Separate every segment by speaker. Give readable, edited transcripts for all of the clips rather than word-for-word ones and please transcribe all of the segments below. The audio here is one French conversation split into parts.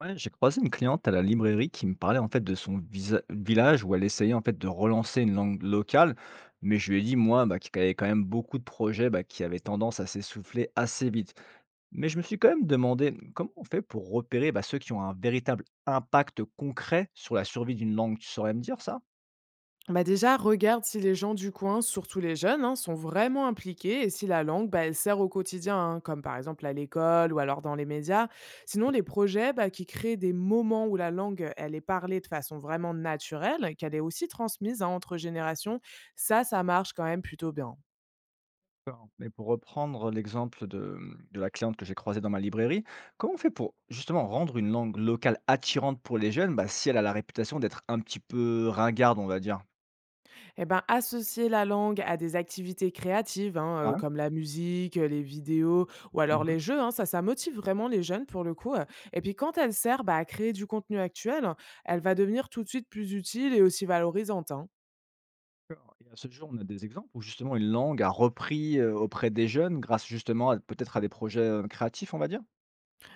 Speaker 1: Ouais, j'ai croisé une cliente à la librairie qui me parlait en fait de son village où elle essayait en fait de relancer une langue locale, mais je lui ai dit moi qu'il y avait quand même beaucoup de projets qui avaient tendance à s'essouffler assez vite. Mais je me suis quand même demandé comment on fait pour repérer ceux qui ont un véritable impact concret sur la survie d'une langue. Tu saurais me dire ça?
Speaker 2: Bah déjà, regarde si les gens du coin, surtout les jeunes, hein, sont vraiment impliqués et si la langue, bah, elle sert au quotidien, hein, comme par exemple à l'école ou alors dans les médias. Sinon, les projets bah, qui créent des moments où la langue, elle est parlée de façon vraiment naturelle, qu'elle est aussi transmise hein, entre générations, ça marche quand même plutôt bien.
Speaker 1: D'accord. Mais pour reprendre l'exemple de la cliente que j'ai croisée dans ma librairie, comment on fait pour justement rendre une langue locale attirante pour les jeunes si elle a la réputation d'être un petit peu ringarde, on va dire?
Speaker 2: Eh ben, associer la langue à des activités créatives, hein,
Speaker 1: Ouais,
Speaker 2: comme la musique, les vidéos ou alors
Speaker 1: mmh.
Speaker 2: les jeux, hein, ça motive vraiment les jeunes pour le coup. Et puis quand elle sert bah, à créer du contenu actuel, elle va devenir tout de suite plus utile et aussi valorisante, hein.
Speaker 1: D'accord, et à ce jour, on a des exemples où justement une langue a repris, auprès des jeunes grâce justement à peut-être à des projets, créatifs, on va dire?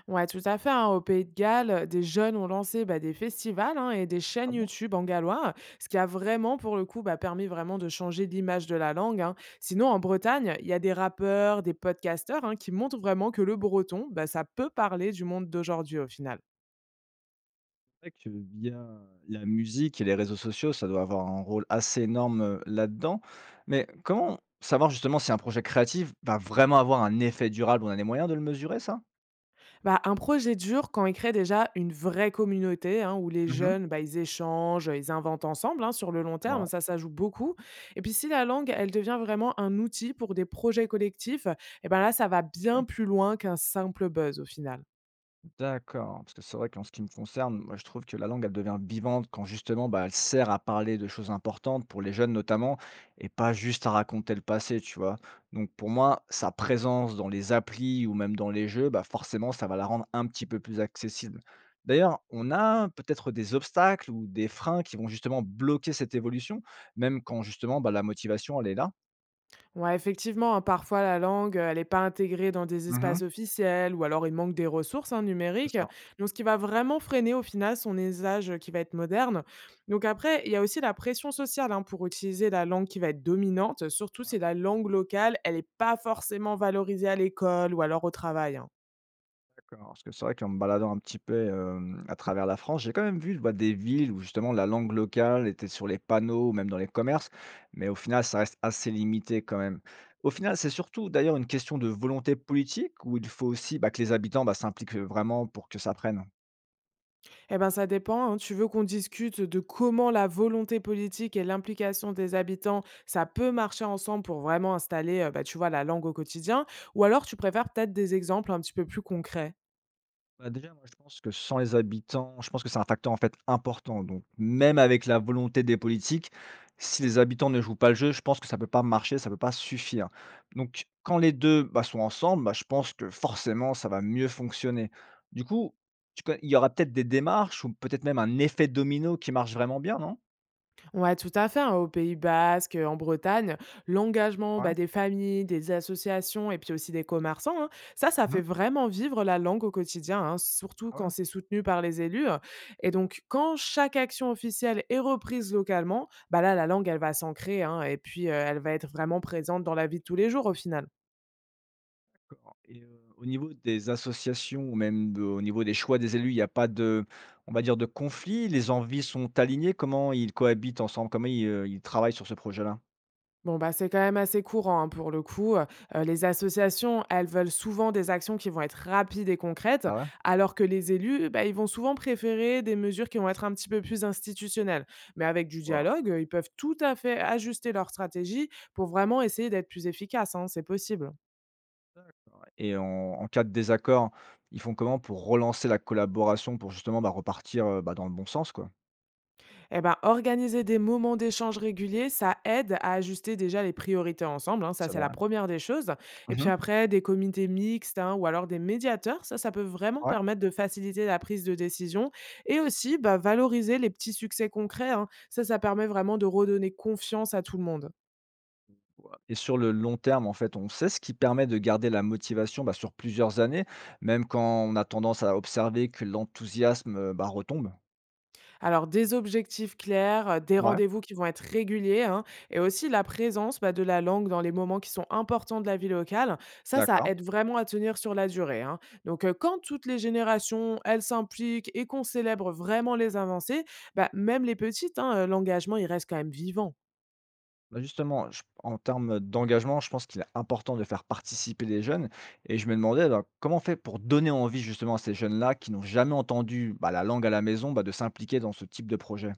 Speaker 2: Ouais, tout à fait, hein, au Pays de Galles, des jeunes ont lancé, bah, des festivals, hein, et des
Speaker 1: Ah
Speaker 2: chaînes
Speaker 1: bon?
Speaker 2: YouTube en gallois, ce qui a vraiment, pour le coup, bah, permis vraiment de changer l'image de la langue, hein. Sinon, en Bretagne, il y a des rappeurs, des podcasteurs, hein, qui montrent vraiment que le breton, bah, ça peut parler du monde d'aujourd'hui au final.
Speaker 1: C'est vrai que via la musique et les réseaux sociaux, ça doit avoir un rôle assez énorme, là-dedans. Mais comment savoir justement si un projet créatif va vraiment avoir un effet durable? On a les moyens de le mesurer ça?
Speaker 2: Bah, un projet dur quand il crée déjà une vraie communauté, hein, où les
Speaker 1: Mmh.
Speaker 2: jeunes, bah, ils échangent, ils inventent ensemble hein, sur le long
Speaker 1: C'est
Speaker 2: terme,
Speaker 1: vrai.
Speaker 2: ça joue beaucoup. Et puis si la langue, elle devient vraiment un outil pour des projets collectifs, et ben là, ça va
Speaker 1: OK.
Speaker 2: bien plus loin qu'un simple buzz au final.
Speaker 1: D'accord, parce que c'est vrai qu'en ce qui me concerne, moi je trouve que la langue, elle devient vivante quand justement, elle sert à parler de choses importantes pour les jeunes notamment, et pas juste à raconter le passé, tu vois. Donc pour moi, sa présence dans les applis ou même dans les jeux, bah forcément, ça va la rendre un petit peu plus accessible. D'ailleurs, on a peut-être des obstacles ou des freins qui vont justement bloquer cette évolution, même quand justement, la motivation, elle est là.
Speaker 2: Ouais, effectivement, hein, parfois la langue, elle n'est pas intégrée dans des
Speaker 1: Mhm,
Speaker 2: espaces officiels ou alors il manque des ressources hein,
Speaker 1: c'est
Speaker 2: numériques.
Speaker 1: ça.
Speaker 2: Donc, ce qui va vraiment freiner au final son usage qui va être moderne. Donc, après, il y a aussi la pression sociale hein, pour utiliser la langue qui va être dominante, surtout
Speaker 1: Ouais.
Speaker 2: si la langue locale, elle n'est pas forcément valorisée à l'école ou alors au travail, hein.
Speaker 1: D'accord, parce que c'est vrai qu'en me baladant un petit peu, à travers la France, j'ai quand même vu, bah, des villes où justement la langue locale était sur les panneaux ou même dans les commerces, mais au final ça reste assez limité quand même. Au final, c'est surtout d'ailleurs une question de volonté politique où il faut aussi, que les habitants, s'impliquent, vraiment pour que ça prenne?
Speaker 2: Eh ben, ça dépend, hein. Tu veux qu'on discute de comment la volonté politique et l'implication des habitants, ça peut marcher ensemble pour vraiment installer, bah, tu vois, la langue au quotidien? Ou alors tu préfères peut-être des exemples un petit peu plus concrets?
Speaker 1: Bah, déjà, moi, je pense que sans les habitants, je pense que c'est un facteur, en fait, important. Donc, même avec la volonté des politiques, si les habitants ne jouent pas le jeu, je pense que ça peut pas marcher, ça peut pas suffire. Donc, quand les 2 bah, sont ensemble, bah, je pense que forcément, ça va mieux fonctionner. Du coup, tu co il y aura peut-être des démarches ou peut-être même un effet domino qui marche vraiment bien, non?
Speaker 2: Ouais, tout à fait, hein, au Pays Basque, en Bretagne, l'engagement
Speaker 1: Ouais.
Speaker 2: bah, des familles, des associations et puis aussi des commerçants, hein, ça fait
Speaker 1: Mmh.
Speaker 2: vraiment vivre la langue au quotidien, hein, surtout
Speaker 1: Ah ouais.
Speaker 2: quand c'est soutenu par les élus, hein. Et donc, quand chaque action officielle est reprise localement, bah là, la langue, elle va s'ancrer hein, et puis elle va être vraiment présente dans la vie de tous les jours au final.
Speaker 1: D'accord, et au niveau des associations ou même de au niveau des choix des élus, il n'y a pas de, on va dire, de conflit? Les envies sont alignées? Comment ils cohabitent ensemble? Comment ils, ils travaillent sur ce projet-là?
Speaker 2: Bon, bah, c'est quand même assez courant hein, pour le coup. Les associations, elles veulent souvent des actions qui vont être rapides et concrètes,
Speaker 1: Ah ouais?
Speaker 2: alors que les élus, bah, ils vont souvent préférer des mesures qui vont être un petit peu plus institutionnelles. Mais avec du
Speaker 1: Waouh!
Speaker 2: dialogue, ils peuvent tout à fait ajuster leur stratégie pour vraiment essayer d'être plus efficaces, hein, c'est possible.
Speaker 1: Et en cas de désaccord, ils font comment pour relancer la collaboration pour justement, repartir, bah, dans le bon sens, quoi?
Speaker 2: Eh ben, organiser des moments d'échange réguliers, ça aide à ajuster déjà les priorités ensemble, hein, ça,
Speaker 1: C'est
Speaker 2: c'est la
Speaker 1: vrai.
Speaker 2: première des choses. Et puis
Speaker 1: Mmh.
Speaker 2: après, des comités mixtes hein, ou alors des médiateurs, ça peut vraiment
Speaker 1: Ouais,
Speaker 2: permettre de faciliter la prise de décision et aussi bah, valoriser les petits succès concrets, hein. Ça permet vraiment de redonner confiance à tout le monde.
Speaker 1: et sur le long terme, en fait, on sait ce qui permet de garder la motivation, bah, sur plusieurs années, même quand on a tendance à observer que l'enthousiasme, bah, retombe?
Speaker 2: Alors des objectifs clairs, des
Speaker 1: Ouais,
Speaker 2: rendez-vous qui vont être réguliers, hein, et aussi la présence, bah, de la langue dans les moments qui sont importants de la vie locale. Ça
Speaker 1: d'accord.
Speaker 2: aide vraiment à tenir sur la durée, hein. Donc, quand toutes les générations, elles s'impliquent et qu'on célèbre vraiment les avancées, bah, même les petites, hein, l'engagement, il reste quand même vivant.
Speaker 1: Bah, justement, je en termes d'engagement, je pense qu'il est important de faire participer les jeunes et je me demandais, bah, comment on fait pour donner envie justement à ces jeunes-là qui n'ont jamais entendu, bah, la langue à la maison, bah, de s'impliquer dans ce type de projet?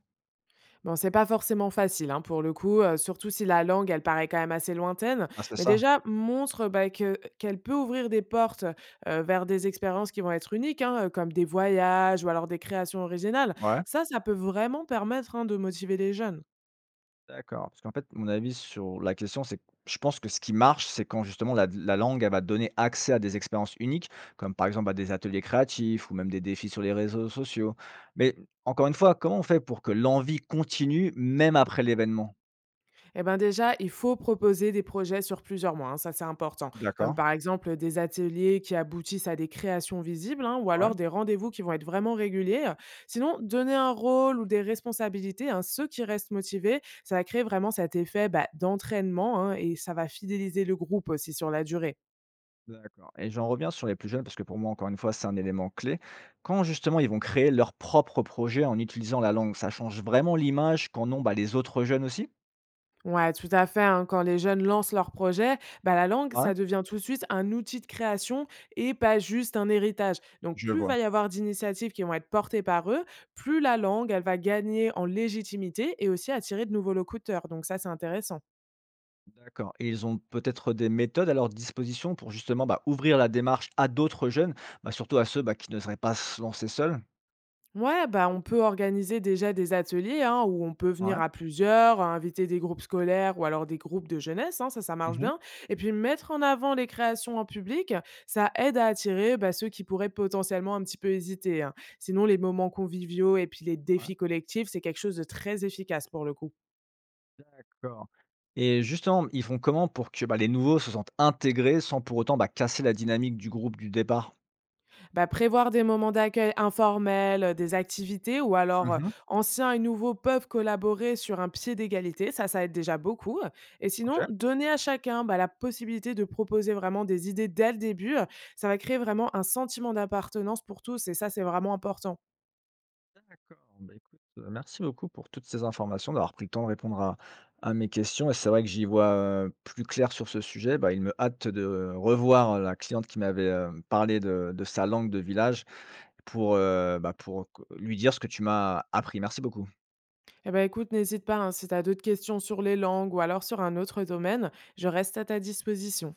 Speaker 2: Bon, c'est pas forcément facile, hein, pour le coup, surtout si la langue, elle paraît quand même assez lointaine.
Speaker 1: Ah, c'est
Speaker 2: Mais
Speaker 1: ça?
Speaker 2: déjà, montre, bah, que qu'elle peut ouvrir des portes, vers des expériences qui vont être uniques, hein, comme des voyages ou alors des créations originales.
Speaker 1: Ouais?
Speaker 2: Ça peut vraiment permettre, hein, de motiver les jeunes.
Speaker 1: D'accord, parce qu'en fait, mon avis sur la question, c'est que je pense que ce qui marche, c'est quand justement la langue, elle va donner accès à des expériences uniques, comme par exemple à des ateliers créatifs ou même des défis sur les réseaux sociaux. Mais encore une fois, comment on fait pour que l'envie continue même après l'événement?
Speaker 2: Eh ben déjà, il faut proposer des projets sur plusieurs mois, hein, ça c'est important, comme
Speaker 1: D'accord.
Speaker 2: par exemple des ateliers qui aboutissent à des créations visibles hein, ou alors des rendez-vous qui vont être vraiment réguliers. Sinon, donner un rôle ou des responsabilités, hein, ceux qui restent motivés, ça va créer vraiment cet effet bah, d'entraînement hein, et ça va fidéliser le groupe aussi sur la durée.
Speaker 1: D'accord, et j'en reviens sur les plus jeunes parce que pour moi, encore une fois, c'est un élément clé. Quand justement ils vont créer leur propre projet en utilisant la langue, ça change vraiment l'image qu'en ont, bah, les autres jeunes aussi?
Speaker 2: Ouais, tout à fait, hein. Quand les jeunes lancent leur projet, bah, la langue,
Speaker 1: Ouais,
Speaker 2: ça devient tout de suite un outil de création et pas juste un héritage. Donc,
Speaker 1: je
Speaker 2: plus
Speaker 1: vois.
Speaker 2: va y avoir d'initiatives qui vont être portées par eux, plus la langue, elle va gagner en légitimité et aussi attirer de nouveaux locuteurs. Donc, ça, c'est intéressant.
Speaker 1: D'accord, et ils ont peut-être des méthodes à leur disposition pour justement, ouvrir la démarche à d'autres jeunes, bah, surtout à ceux, bah, qui ne seraient pas se lancer seuls?
Speaker 2: Ouais, bah, on peut organiser déjà des ateliers hein, où on peut
Speaker 1: Ouais.
Speaker 2: venir à plusieurs, inviter des groupes scolaires ou alors des groupes de jeunesse, hein, ça marche
Speaker 1: Mmh mh.
Speaker 2: bien. Et puis mettre en avant les créations en public, ça aide à attirer bah, ceux qui pourraient potentiellement un petit peu hésiter, hein. Sinon, les moments conviviaux et puis les défis collectifs, c'est quelque chose de très efficace pour le coup.
Speaker 1: D'accord, et justement, ils font comment pour que, les nouveaux se sentent intégrés sans pour autant, casser la dynamique du groupe du départ?
Speaker 2: Bah, prévoir des moments d'accueil informels, des activités ou alors,
Speaker 1: Mmh.
Speaker 2: anciens et nouveaux peuvent collaborer sur un pied d'égalité, ça aide déjà beaucoup, et sinon,
Speaker 1: OK.
Speaker 2: donner à chacun, bah, la possibilité de proposer vraiment des idées dès le début, ça va créer vraiment un sentiment d'appartenance pour tous et ça, c'est vraiment important.
Speaker 1: D'accord. Bah, écoute, merci beaucoup pour toutes ces informations, d'avoir pris le temps de répondre à mes questions, et c'est vrai que j'y vois, plus clair sur ce sujet. Bah, il me hâte de revoir la cliente qui m'avait, parlé de sa langue de village pour, pour lui dire ce que tu m'as appris. Merci beaucoup.
Speaker 2: Eh ben écoute, n'hésite pas, hein, si tu as d'autres questions sur les langues ou alors sur un autre domaine, je reste à ta disposition.